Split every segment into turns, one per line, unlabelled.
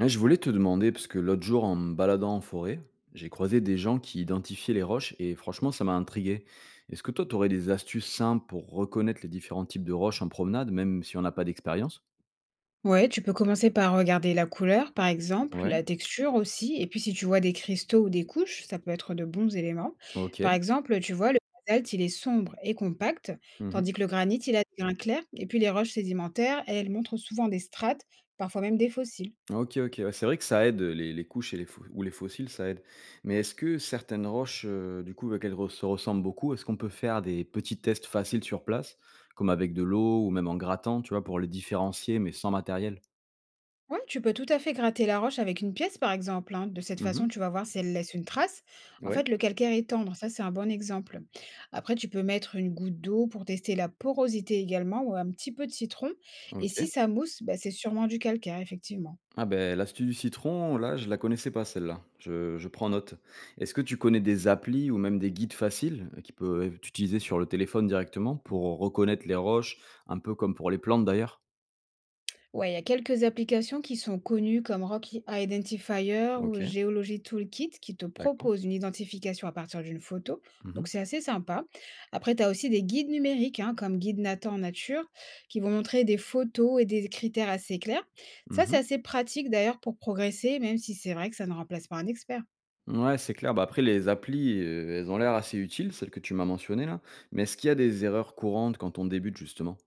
Ouais, je voulais te demander, parce que l'autre jour, en me baladant en forêt, j'ai croisé des gens qui identifiaient les roches et franchement, ça m'a intrigué. Est-ce que toi, tu aurais des astuces simples pour reconnaître les différents types de roches en promenade, même si on n'a pas d'expérience.
Ouais, tu peux commencer par regarder la couleur, par exemple,
Ouais,
la texture aussi. Et puis, si tu vois des cristaux ou des couches, ça peut être de bons éléments.
ok.
Par exemple, tu vois, le basalte, il est sombre et compact,
Mhm.
tandis que le granit, il a des grains clairs. Et puis, les roches sédimentaires, elles montrent souvent des strates, parfois même des fossiles.
Ok, ok, ouais, c'est vrai que ça aide, les couches et les fo- ou les fossiles, ça aide. Mais est-ce que certaines roches, du coup, vu se ressemblent beaucoup, est-ce qu'on peut faire des petits tests faciles sur place, comme avec de l'eau ou même en grattant, tu vois, pour les différencier, mais sans matériel.
Ouais, tu peux tout à fait gratter la roche avec une pièce, par exemple, hein. De cette
Mhm.
façon, tu vas voir si elle laisse une trace. En
Ouais.
fait, le calcaire est tendre, ça c'est un bon exemple. Après, tu peux mettre une goutte d'eau pour tester la porosité également, ou un petit peu de citron. Et
Ok.
si ça mousse, bah, c'est sûrement du calcaire, effectivement.
Ah ben l'astuce du citron, là, je la connaissais pas celle-là. Je prends note. Est-ce que tu connais des applis ou même des guides faciles, qui peut être utilisés sur le téléphone directement pour reconnaître les roches, un peu comme pour les plantes d'ailleurs?
Ouais, il y a quelques applications qui sont connues comme Rock Identifier ou
OK,
Geology Toolkit qui te
d'accord.
proposent une identification à partir d'une photo.
Mmh mh.
Donc, c'est assez sympa. Après, tu as aussi des guides numériques hein, comme Guide Nathan en Nature qui vont montrer des photos et des critères assez clairs. Ça, c'est
Mmh,
assez pratique d'ailleurs pour progresser, même si c'est vrai que ça ne remplace pas un expert.
ouais, c'est clair. Bah, après les applis, elles ont l'air assez utiles, celles que tu m'as mentionnées là, mais est-ce qu'il y a des erreurs courantes quand on débute justement?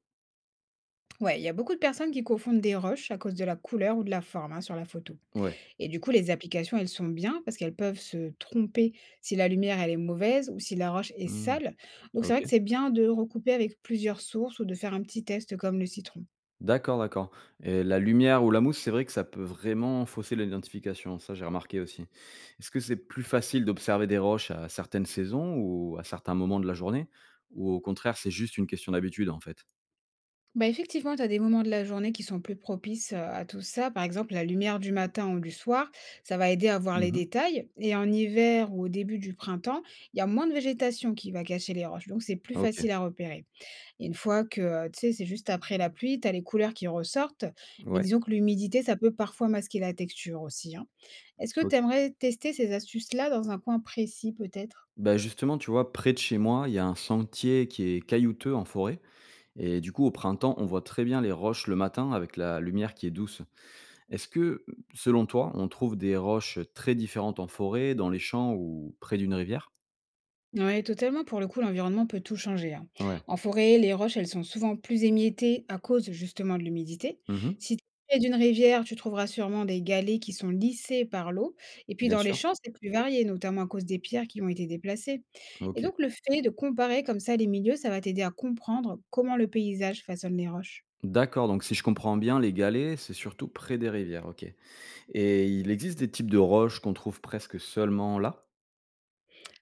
Ouais, il y a beaucoup de personnes qui confondent des roches à cause de la couleur ou de la forme hein, sur la photo.
Ouais.
Et du coup, les applications, elles sont bien parce qu'elles peuvent se tromper si la lumière, elle est mauvaise ou si la roche est
Mmh.
sale. Donc, c'est
OK.
vrai que c'est bien de recouper avec plusieurs sources ou de faire un petit test comme le citron.
D'accord, d'accord, et la lumière ou la mousse, c'est vrai que ça peut vraiment fausser l'identification, ça j'ai remarqué aussi. Est-ce que c'est plus facile d'observer des roches à certaines saisons ou à certains moments de la journée? Ou au contraire, c'est juste une question d'habitude, en fait?
Bah effectivement, tu as des moments de la journée qui sont plus propices à tout ça. Par exemple, la lumière du matin ou du soir, ça va aider à voir les
Mmh.
détails. Et en hiver ou au début du printemps, il y a moins de végétation qui va cacher les roches. Donc, c'est plus
OK,
facile à repérer. Et une fois que, tu sais, c'est juste après la pluie, tu as les couleurs qui ressortent, mais
ouais,
disons que l'humidité, ça peut parfois masquer la texture aussi, hein. Est-ce que tu
OK.
aimerais tester ces astuces-là dans un coin précis peut-être?
Bah, justement, tu vois, près de chez moi, il y a un sentier qui est caillouteux en forêt et du coup, au printemps, on voit très bien les roches le matin avec la lumière qui est douce. Est-ce que, selon toi, on trouve des roches très différentes en forêt, dans les champs ou près d'une rivière?
Oui, totalement. Pour le coup, l'environnement peut tout changer, hein.
Ouais.
En forêt, les roches, elles sont souvent plus émiettées à cause justement de l'humidité.
Mmh.
Si tu es près d'une rivière, tu trouveras sûrement des galets qui sont lissés par l'eau. Et puis
Bien
dans les
sûr.
champs, c'est plus varié, notamment à cause des pierres qui ont été déplacées. Et
OK.
donc le fait de comparer comme ça les milieux, ça va t'aider à comprendre comment le paysage façonne les roches.
D'accord, donc si je comprends bien, les galets, c'est surtout près des rivières, OK. Et il existe des types de roches qu'on trouve presque seulement là?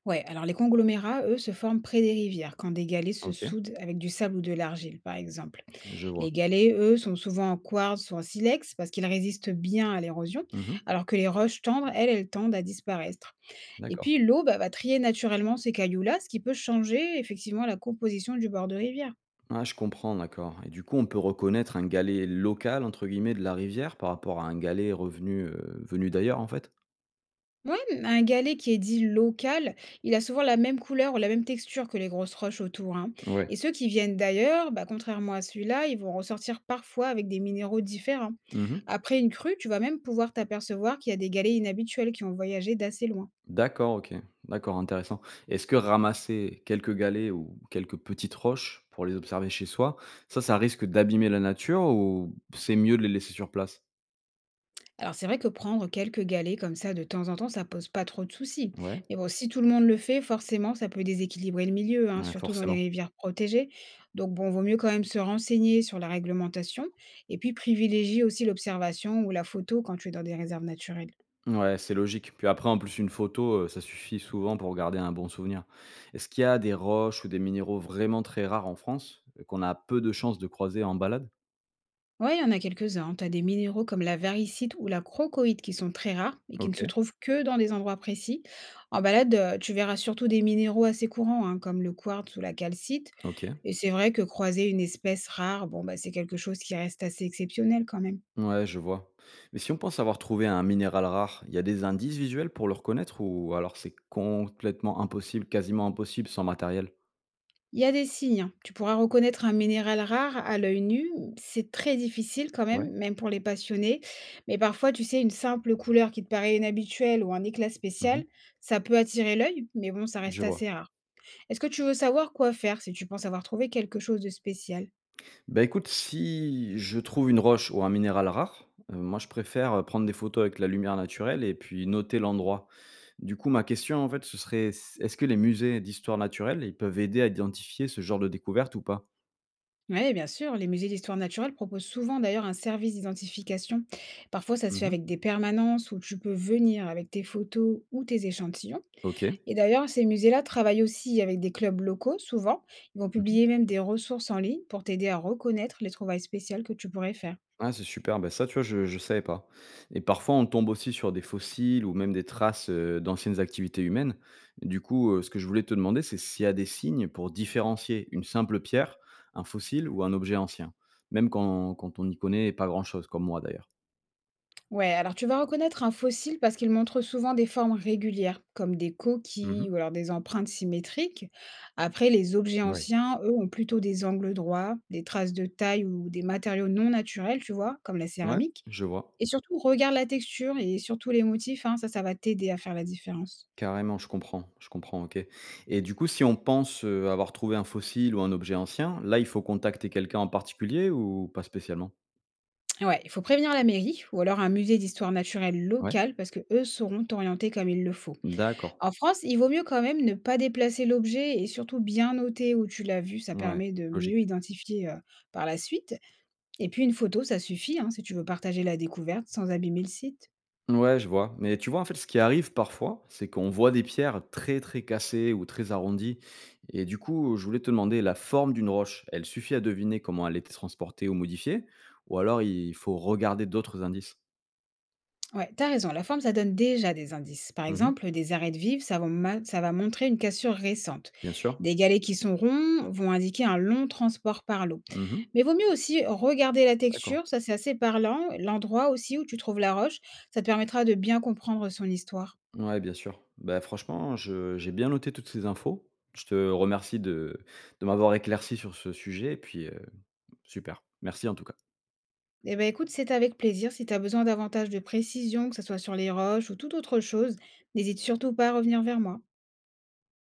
Ouais, alors les conglomérats, eux, se forment près des rivières, quand des galets se
OK,
soudent avec du sable ou de l'argile, par exemple.
je vois.
Les galets, eux, sont souvent en quartz ou en silex parce qu'ils résistent bien à l'érosion,
Mmh.
alors que les roches tendres, elles, elles tendent à disparaître. Et
D'accord.
puis l'eau bah, va trier naturellement ces cailloux-là, ce qui peut changer effectivement la composition du bord de rivière.
Ah, je comprends, d'accord. Et du coup, on peut reconnaître un galet «local» entre guillemets de la rivière par rapport à un galet venu d'ailleurs, en fait?
Ouais, un galet qui est dit local, il a souvent la même couleur ou la même texture que les grosses roches autour, hein.
Ouais.
Et ceux qui viennent d'ailleurs, bah, contrairement à celui-là, ils vont ressortir parfois avec des minéraux différents.
Mmh.
Après une crue, tu vas même pouvoir t'apercevoir qu'il y a des galets inhabituels qui ont voyagé d'assez loin.
D'accord, OK. D'accord, intéressant. Est-ce que ramasser quelques galets ou quelques petites roches pour les observer chez soi, ça risque d'abîmer la nature ou c'est mieux de les laisser sur place?
Alors c'est vrai que prendre quelques galets comme ça de temps en temps, ça pose pas trop de soucis.
Ouais,
Mais bon, si tout le monde le fait, forcément, ça peut déséquilibrer le milieu, hein,
ouais,
surtout dans les
forcément.
rivières protégées. Donc bon, vaut mieux quand même se renseigner sur la réglementation et puis privilégier aussi l'observation ou la photo quand tu es dans des réserves naturelles.
Ouais, c'est logique. Puis après, en plus, une photo, ça suffit souvent pour garder un bon souvenir. Est-ce qu'il y a des roches ou des minéraux vraiment très rares en France, qu'on a peu de chances de croiser en balade?
Ouais, il y en a quelques-uns. Tu as des minéraux comme la varicite ou la crocoïte qui sont très rares et qui ne se
OK,
trouvent que dans des endroits précis. En balade, tu verras surtout des minéraux assez courants, hein, comme le quartz ou la calcite.
OK.
Et c'est vrai que croiser une espèce rare, bon, bah, c'est quelque chose qui reste assez exceptionnel quand même.
Ouais, je vois. Mais si on pense avoir trouvé un minéral rare, il y a des indices visuels pour le reconnaître ou alors c'est complètement impossible, quasiment impossible sans matériel?
Il y a des signes, hein. Tu pourras reconnaître un minéral rare à l'œil nu. C'est très difficile quand même,
Ouais.
même pour les passionnés. Mais parfois, tu sais, une simple couleur qui te paraît inhabituelle ou un éclat
Mhm.
spécial, ça peut attirer l'œil, mais bon, ça
Je
reste
vois.
assez rare. Est-ce que tu veux savoir quoi faire si tu penses avoir trouvé quelque chose de spécial?
Bah écoute, si je trouve une roche ou un minéral rare, moi je préfère prendre des photos avec la lumière naturelle et puis noter l'endroit. Du coup, ma question en fait, ce serait, est-ce que les musées d'histoire naturelle, ils peuvent aider à identifier ce genre de découverte ou pas?
Oui, bien sûr, les musées d'histoire naturelle proposent souvent d'ailleurs un service d'identification. Parfois, ça se fait
Mhm.
avec des permanences où tu peux venir avec tes photos ou tes échantillons.
Ok.
Et d'ailleurs, ces musées-là travaillent aussi avec des clubs locaux, souvent. Ils vont publier même des ressources en ligne pour t'aider à reconnaître les trouvailles spéciales que tu pourrais faire.
Ah, c'est super, bah, ça, tu vois, je savais pas, et parfois, on tombe aussi sur des fossiles ou même des traces, d'anciennes activités humaines. Du coup, ce que je voulais te demander, c'est s'il y a des signes pour différencier une simple pierre, un fossile ou un objet ancien? Même quand on n'y connaît pas grand-chose, comme moi d'ailleurs.
Ouais, alors tu vas reconnaître un fossile parce qu'il montre souvent des formes régulières, comme des
Mmh.
coquilles ou alors des empreintes symétriques. Après, les objets
Ouais.
anciens, eux, ont plutôt des angles droits, des traces de taille ou des matériaux non naturels, tu vois, comme la
Ouais,
céramique.
je vois.
Et surtout, regarde la texture et surtout les motifs, hein, ça va t'aider à faire la différence.
Carrément, je comprends, OK, et du coup, si on pense, avoir trouvé un fossile ou un objet ancien, là, il faut contacter quelqu'un en particulier ou pas spécialement?
Ouais, il faut prévenir la mairie ou alors un musée d'histoire naturelle
Ouais?
locale parce que eux sauront t'orienter comme il le faut.
D'accord.
En France, il vaut mieux quand même ne pas déplacer l'objet et surtout bien noter où tu l'as vu, ça
Ouais,
permet de mieux
logique.
identifier, par la suite, et puis une photo, ça suffit, hein, si tu veux partager la découverte sans abîmer le site.
Ouais, je vois. Mais tu vois, en fait, ce qui arrive parfois, c'est qu'on voit des pierres très, très cassées ou très arrondies. Et du coup, je voulais te demander, la forme d'une roche, elle suffit à deviner comment elle était transportée ou modifiée? Ou alors il faut regarder d'autres indices?
Ouais, t'as raison, la forme, ça donne déjà des indices. Par
Mhm.
exemple, des arêtes vives, ça va, ça va montrer une cassure récente.
Bien sûr.
Des galets qui sont ronds vont indiquer un long transport par l'eau.
Mhm.
Mais vaut mieux aussi regarder la
D'accord.
texture, ça c'est assez parlant. L'endroit aussi où tu trouves la roche, ça te permettra de bien comprendre son histoire.
Ouais, bien sûr. Bah, franchement, j'ai bien noté toutes ces infos. Je te remercie de m'avoir éclairci sur ce sujet. Et puis, super. Merci en tout cas.
Eh ben écoute, c'est avec plaisir. Si tu as besoin davantage de précision, que ce soit sur les roches ou toute autre chose, n'hésite surtout pas à revenir vers moi.